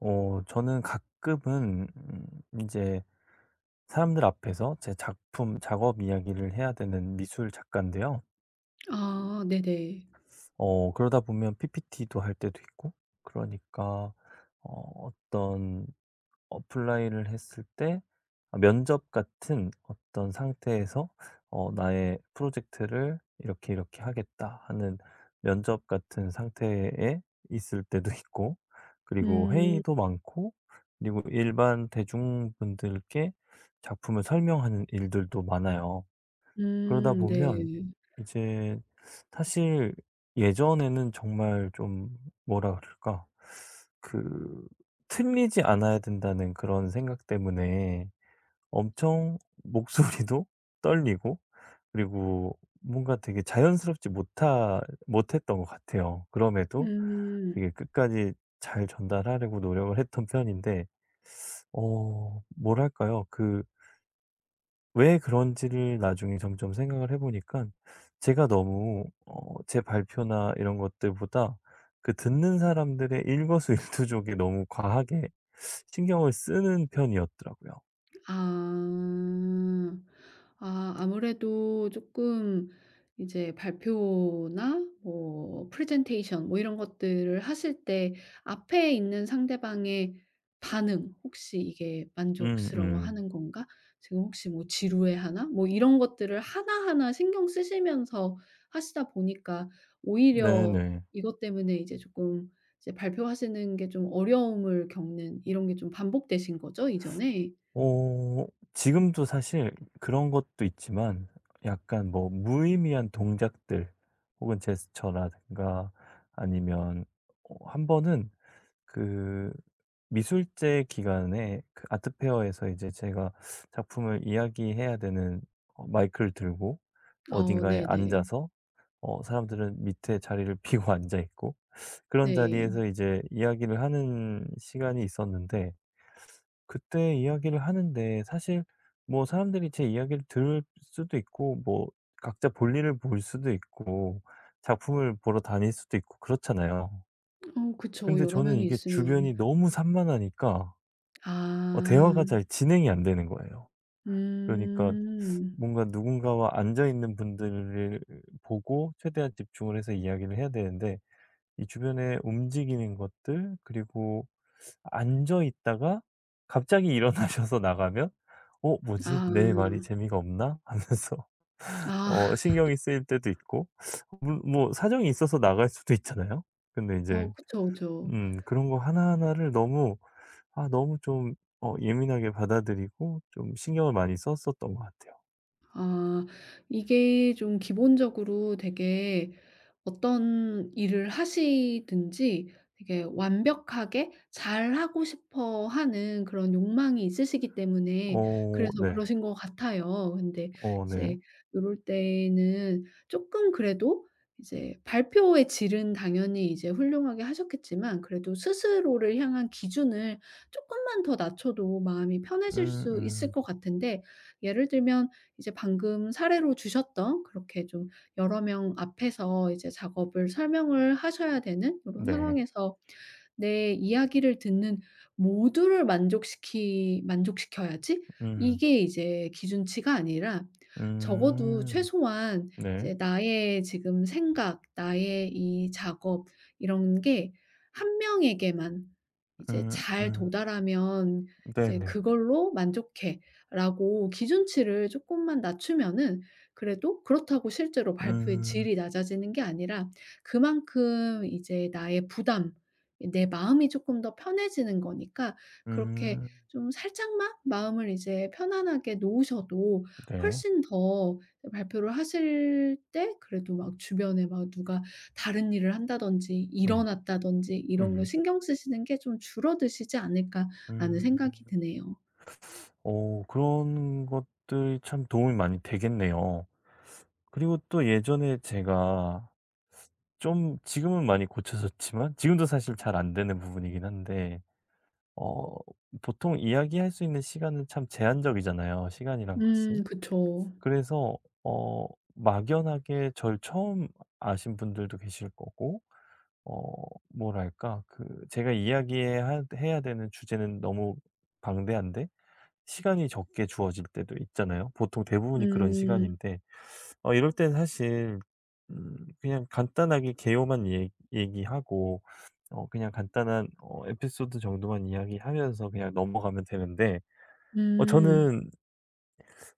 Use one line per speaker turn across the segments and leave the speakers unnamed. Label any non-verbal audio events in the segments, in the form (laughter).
저는 가끔은 제 사람들 앞에서 제 작품, 작업 이야기를 해야 되는 미술 작가인데요.
아, 네네.
그러다 보면 PPT도 할 때도 있고, 그러니까 어떤 어플라이를 했을 때, 아 면접 같은 어떤 상태에서 '나의 프로젝트를 이렇게 이렇게 하겠다.' 하는 면접 같은 상태에 있을 때도 있고, 그리고
음.
회의도 많고, 그리고 일반 대중분들께 작품을 설명하는 일들도 많아요. 그러다
음,
보면
네.
이제 사실 예전에는 정말 좀 뭐라 그럴까? 그 틀리지 않아야 된다는 그런 생각 때문에 엄청 목소리도 (laughs) 떨리고, 그리고 뭔가 되게 자연스럽지 못하 못했던 것 같아요. 그럼에도
음.
되게 끝까지 잘 전달하려고 노력을 했던 편인데, 뭐랄까요? 그 왜 그런지를 나중에 점점 생각을 해보니까, 제가 너무 제 발표나 이런 것들보다 그 듣는 사람들의 일거수일투족에 너무 과하게 신경을 쓰는 편이었더라고요.
아. 아, 아무래도 조금 이제 발표나 뭐 프레젠테이션 뭐 이런 것들을 하실 때 앞에 있는 상대방의 반응, 혹시 이게
음음.
'만족스러워하는 건가? 지금 혹시 뭐 지루해하나?' 뭐 이런 것들을 하나하나 신경 쓰시면서 하시다 보니까 오히려
네네.
이것 때문에 이제 조금 이제 발표하시는 게 좀 어려움을 겪는 이런 게 좀 반복되신 거죠, 이전에?
어 지금도 사실 그런 것도 있지만, 약간 뭐 무의미한 동작들, 혹은 제스처라든가, 아니면 한 번은 그 미술제 기간에 그 아트 페어에서 이제 제가 작품을 이야기해야 되는, 마이크를 들고
어
어딘가에
네네.
앉아서, 사람들은 밑에 자리를 (laughs) 비고 앉아 있고, 그런
네.
자리에서 이제 이야기를 하는 시간이 있었는데, 그때 이야기를 하는데 사실 뭐 사람들이 제 이야기를 들을 수도 있고, 뭐 각자 볼일을 볼 수도 있고, 작품을 보러 다닐 수도 있고 그렇잖아요.
어 그쵸.
근데
여러
저는
명이
이게 주변이
있으면.
너무 산만하니까 대화가
아.
잘 진행이 안 되는 거예요. 그러니까
음.
뭔가 누군가와 앉아 있는 분들을 보고 최대한 집중을 해서 이야기를 해야 되는데, 이 주변에 움직이는 것들, 그리고 앉아 있다가 갑자기 일어나셔서 (laughs) 나가면 '어 뭐지? 내 말이
아.
재미가 없나?' 하면서 (laughs)
아. (laughs)
신경이 쓰일 때도 있고, 물 뭐 사정이 있어서 나갈 수도 있잖아요. 근데 이
어
제
그쵸, 그쵸.
그런 거 하나하나를 너무, 아 너무 좀 예민하게 받아들이고 좀 신경을 많이 썼었던 것 같아요.
아, 이게 좀 기본적으로 되게 어떤 일을 하시든지 되게 완벽하게 잘하고 싶어 하는 그런 욕망이 있으시기 때문에
어
그래서
네.
그러신 것 같아요. 근데
어 네.
이제 요럴 때는 조금 그래도 이제 발표의 질은 당연히 이제 훌륭하게 하셨겠지만 그래도 스스로를 향한 기준을 조금만 더 낮춰도 마음이 편해질
음
수 있을
음.
것 같은데, 예를 들면 이제 방금 사례로 주셨던 그렇게 좀 여러 명 앞에서 이제 작업을 설명을 하셔야 되는 이런
네.
상황에서 내 이야기를 듣는 모두를 만족시키 만족시켜야지,
음.
이게 이제 기준치가 아니라 적어도
음.
최소한
네.
이제 나의 지금 생각, 나의 이 작업 이런 게 한 명에게만 이제
음
잘
음.
도달하면 이제
네네.
'그걸로 만족해.'라고 기준치를 조금만 낮추면은 그래도, 그렇다고 실제로 발표의
음.
질이 낮아지는 게 아니라 그만큼 이제 나의 부담, 내 마음이 조금 더 편해지는 거니까, 그렇게
음.
좀 살짝만 마음을 이제 편안하게 놓으셔도
네.
훨씬 더 발표를 하실 때 그래도 막 주변에 막 누가 다른 일을 한다든지
음.
일어났다든지 이런 거
음.
신경 쓰시는 게 좀 줄어드시지 않을까라는
음.
생각이 드네요.
오 그런 것들이 참 도움이 많이 되겠네요. 그리고 또 예전에 제가 좀, 지금은 많이 고쳐졌지만 지금도 사실 잘 안 되는 부분이긴 한데, 어 보통 이야기할 수 있는 시간은 참 제한적이잖아요, 시간이란
음,
것이.
그쵸.
그래서 어 막연하게 저를 처음 아신 분들도 계실 거고, 어 뭐랄까 그 제가 이야기해 해야 되는 주제는 너무 방대한데 시간이 적게 주어질 때도 있잖아요. 보통 대부분이 그런
음.
시간인데 이럴 땐 사실 그냥 간단하게 개요만 얘 얘기하고, 그냥 간단한 에피소드 정도만 이야기하면서 그냥 넘어가면 되는데,
음.
저는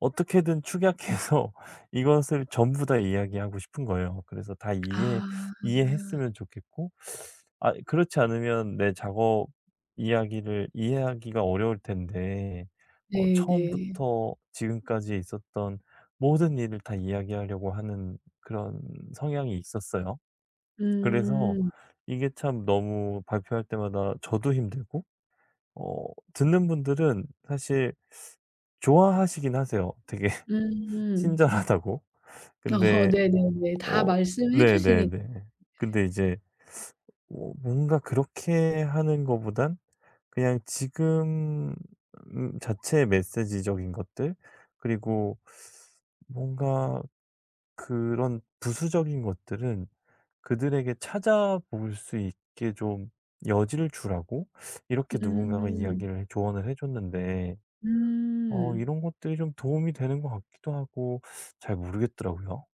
어떻게든 축약해서 (laughs) 이것을 전부 다 이야기하고 싶은 거예요. 그래서 다
아.
이해했으면 좋겠고, 아 그렇지 않으면 내 작업 이야기를 이해하기가 어려울 텐데,
네네.
처음부터 지금까지 있었던 모든 일을 다 이야기하려고 하는 그런 성향이 있었어요. 그래서
음.
이게 참 너무 발표할 때마다 저도 힘들고, 어 듣는 분들은 사실 좋아하시긴 하세요. 되게 (laughs)
음.
친절하다고.
어
근데
네네네, 다
어
말씀해 주시니.
네네네. 근데 이제 뭔가 그렇게 하는 거보단 그냥 지금 자체의 메시지적인 것들, 그리고 뭔가 그런 부수적인 것들은 그들에게 찾아볼 수 있게 좀 여지를 주라고, 이렇게 누군가가
음.
이야기를 조언을 해 줬는데,
음.
이런 것들이 좀 도움이 되는 것 같기도 하고 잘 모르겠더라고요.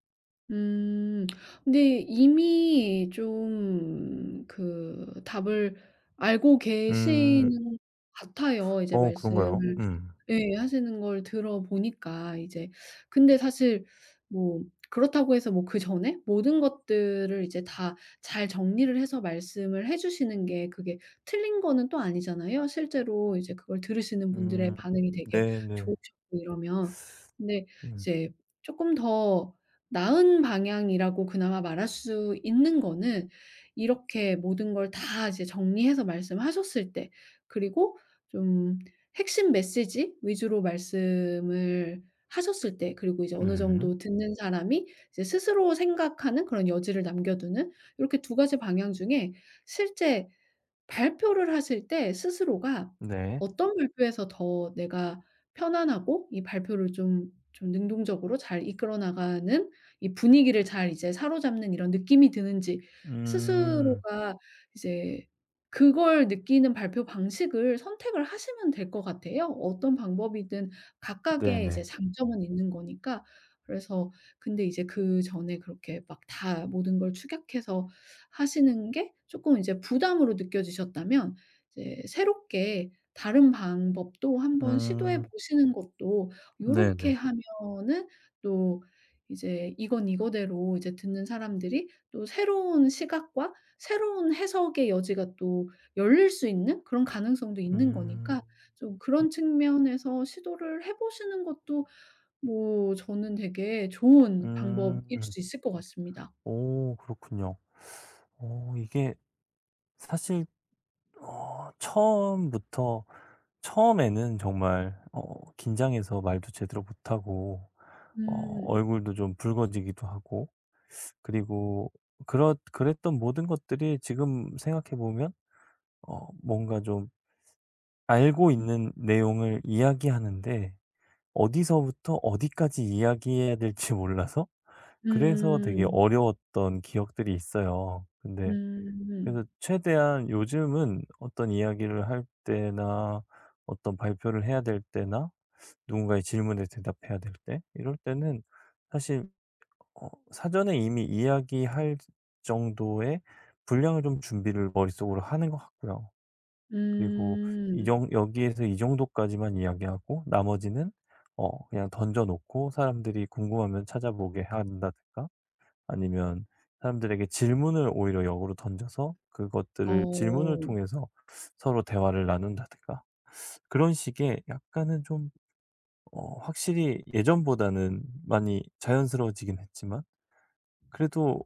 음. 근데 이미 좀 그 답을 알고
음.
계시는 것 같아요, 이제
그런가요?
말씀을.
음.
예, 하시는 걸 들어보니까 이제. 근데 사실 뭐 그렇다고 해서 뭐 그전에 모든 것들을 이제 다 잘 정리를 해서 말씀을 해 주시는 게, 그게 틀린 거는 또 아니잖아요. 실제로 이제 그걸 들으시는 분들의
음.
반응이 되게
네네.
좋으셨고 이러면. 근데
음.
이제 조금 더 나은 방향이라고 그나마 말할 수 있는 거는, 이렇게 모든 걸 다 이제 정리해서 말씀하셨을 때 그리고 좀 핵심 메시지 위주로 말씀을 하셨을 때 그리고 이제 어느
음.
정도 듣는 사람이 이제 스스로 생각하는 그런 여지를 남겨두는, 요렇게 두 가지 방향 중에 실제 발표를 하실 때 스스로가
네.
어떤 발표에서 더 내가 편안하고 이 발표를 좀 능동적으로 잘 이끌어 나가는, 이 분위기를 잘 이제 사로잡는 이런 느낌이 드는지
음.
스스로가 이제 그걸 느끼는 발표 방식을 선택을 하시면 될 것 같아요. 어떤 방법이든 각각의 이제
네네네.
장점은 있는 거니까. 그래서 근데 이제 그전에 그렇게 막 다 모든 걸 축약해서 하시는 게 조금 이제 부담으로 느껴지셨다면 이제 새롭게 다른 방법도 한번 시도해
음.
보시는 것도, 요렇게
네네.
하면은 또 이제 이건 이거대로 이제 듣는 사람들이 또 새로운 시각과 새로운 해석의 여지가 또 열릴 수 있는 그런 가능성도 있는
음.
거니까 좀 그런 측면에서 시도를 해 보시는 것도 뭐 저는 되게 좋은 방법일
음.
수 있을 것 같습니다.
오 그렇군요. 이게 사실, 어 처음부터 처음에는 정말 긴장해서 말도 제대로 못하고, 어
음.
얼굴도 좀 붉어지기도 하고, 그리고 그렇 그랬던 모든 것들이 지금 생각해 보면 뭔가 좀 알고 있는 내용을 이야기하는데 어디서부터 어디까지 이야기해야 될지 몰라서, 그래서 되게
음.
어려웠던 기억들이 있어요. 근데 그래서
음.
최대한 요즘은, 어떤 이야기를 할 때나 어떤 발표를 해야 될 때나 누군가의 질문에 대답해야 될 때, 이럴 때는 사실 사전에 이미 이야기할 정도의 분량을 좀 준비를 머릿속으로 하는 것 같고요. 그리고 이
음.
정 여기에서 이 정도까지만 이야기하고 나머지는 그냥 던져 놓고 사람들이 궁금하면 찾아보게 한다든가, 아니면 사람들에게 질문을 오히려 역으로 던져서 그것들을 질문을
어.
통해서 서로 대화를 나눈다든가, 그런 식의 약간은 좀, 확실히 예전보다는 많이 자연스러워지긴 했지만 그래도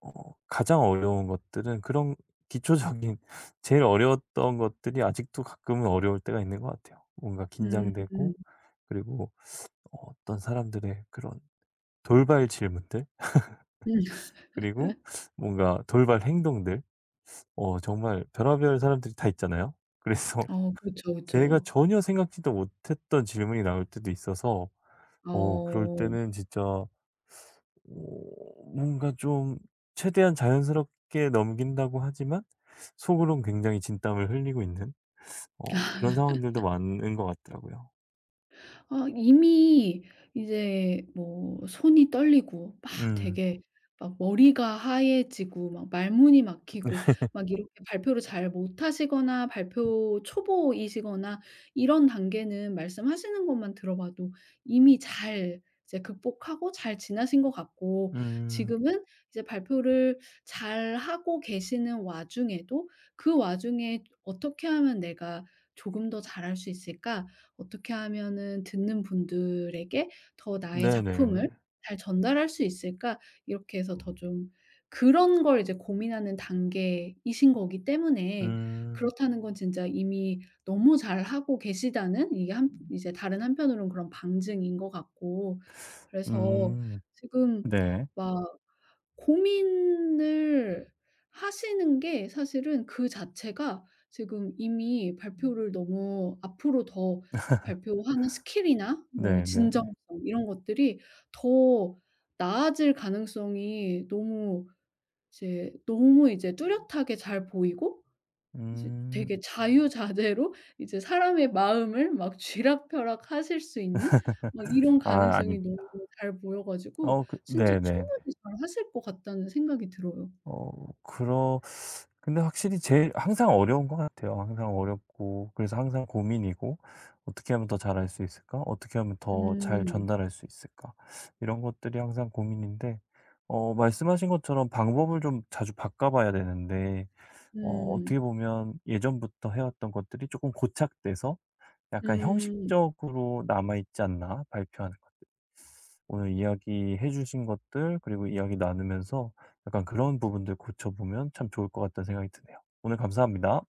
어 가장 어려운 것들은 그런 기초적인 (laughs) 제일 어려웠던 것들이 아직도 가끔은 어려울 때가 있는 것 같아요. 뭔가
음.
긴장되고, 그리고 어떤 사람들의 그런 돌발 질문들,
음.
그리고 뭔가 돌발 행동들, 정말 별의별 사람들이 다 있잖아요. 그래서
어 그렇죠,
(laughs) 제가
그쵸.
전혀 생각지도 못했던 질문이 나올 때도 있어서, 그럴
어.
때는 진짜 어 뭔가 좀 최대한 자연스럽게 넘긴다고 하지만 속으론 굉장히 진땀을 흘리고 있는, 그런 상황들도 많은 것 같더라고요.
아, 이미 이제 뭐 손이 떨리고 막
음.
되게 막 머리가 하얘지고 막 말문이 막히고 막 이렇게 발표를 잘 못하시거나 발표 초보이시거나 이런 단계는 말씀하시는 것만 들어봐도 이미 잘 이제 극복하고 잘 지나신 것 같고,
음.
지금은 이제 발표를 잘하고 계시는 와중에도 그 와중에 '어떻게 하면 내가 조금 더 잘할 수 있을까? 어떻게 하면은 듣는 분들에게 더 나의 작품을
네네네.
잘 전달할 수 있을까?' 이렇게 해서 더 좀 그런 걸 이제 고민하는 단계이신 거기 때문에,
음.
그렇다는 건 진짜 이미 너무 잘하고 계시다는, 이게 한 이제 다른 한편으로는 그런 방증인 것 같고, 그래서
음.
지금
네.
막 고민을 하시는 게 사실은 그 자체가 지금 이미 발표를 너무 앞으로 더 발표하는 스킬이나 뭐 진정성
네네네.
이런 것들이 더 나아질 가능성이 너무 이제 뚜렷하게 잘 보이고 이제
음.
되게 자유자재로 이제 사람의 마음을 막 쥐락펴락 하실 수 있는 막
(laughs)
이런
아
가능성이
아닙니다.
너무 잘 보여 가지고 진짜
네네.
충분히 잘하실 것 같다는 생각이 들어요.
어 그러 근데 확실히 제일 항상 어려운 것 같아요. 항상 어렵고 그래서 항상 고민이고, '어떻게 하면 더 잘할 수 있을까? 어떻게 하면 더 잘
음.
전달할 수 있을까?' 이런 것들이 항상 고민인데, 말씀하신 것처럼 방법을 좀 자주 바꿔 봐야 되는데, 어 어떻게
음.
보면 예전부터 해 왔던 것들이 조금 고착돼서 약간
음.
'형식적으로 남아 있지 않나? 발표하는' 오늘 이야기해 주신 것들, 그리고 이야기 나누면서 약간 그런 부분들 고쳐보면 참 좋을 것 같다는 생각이 드네요. 오늘 감사합니다.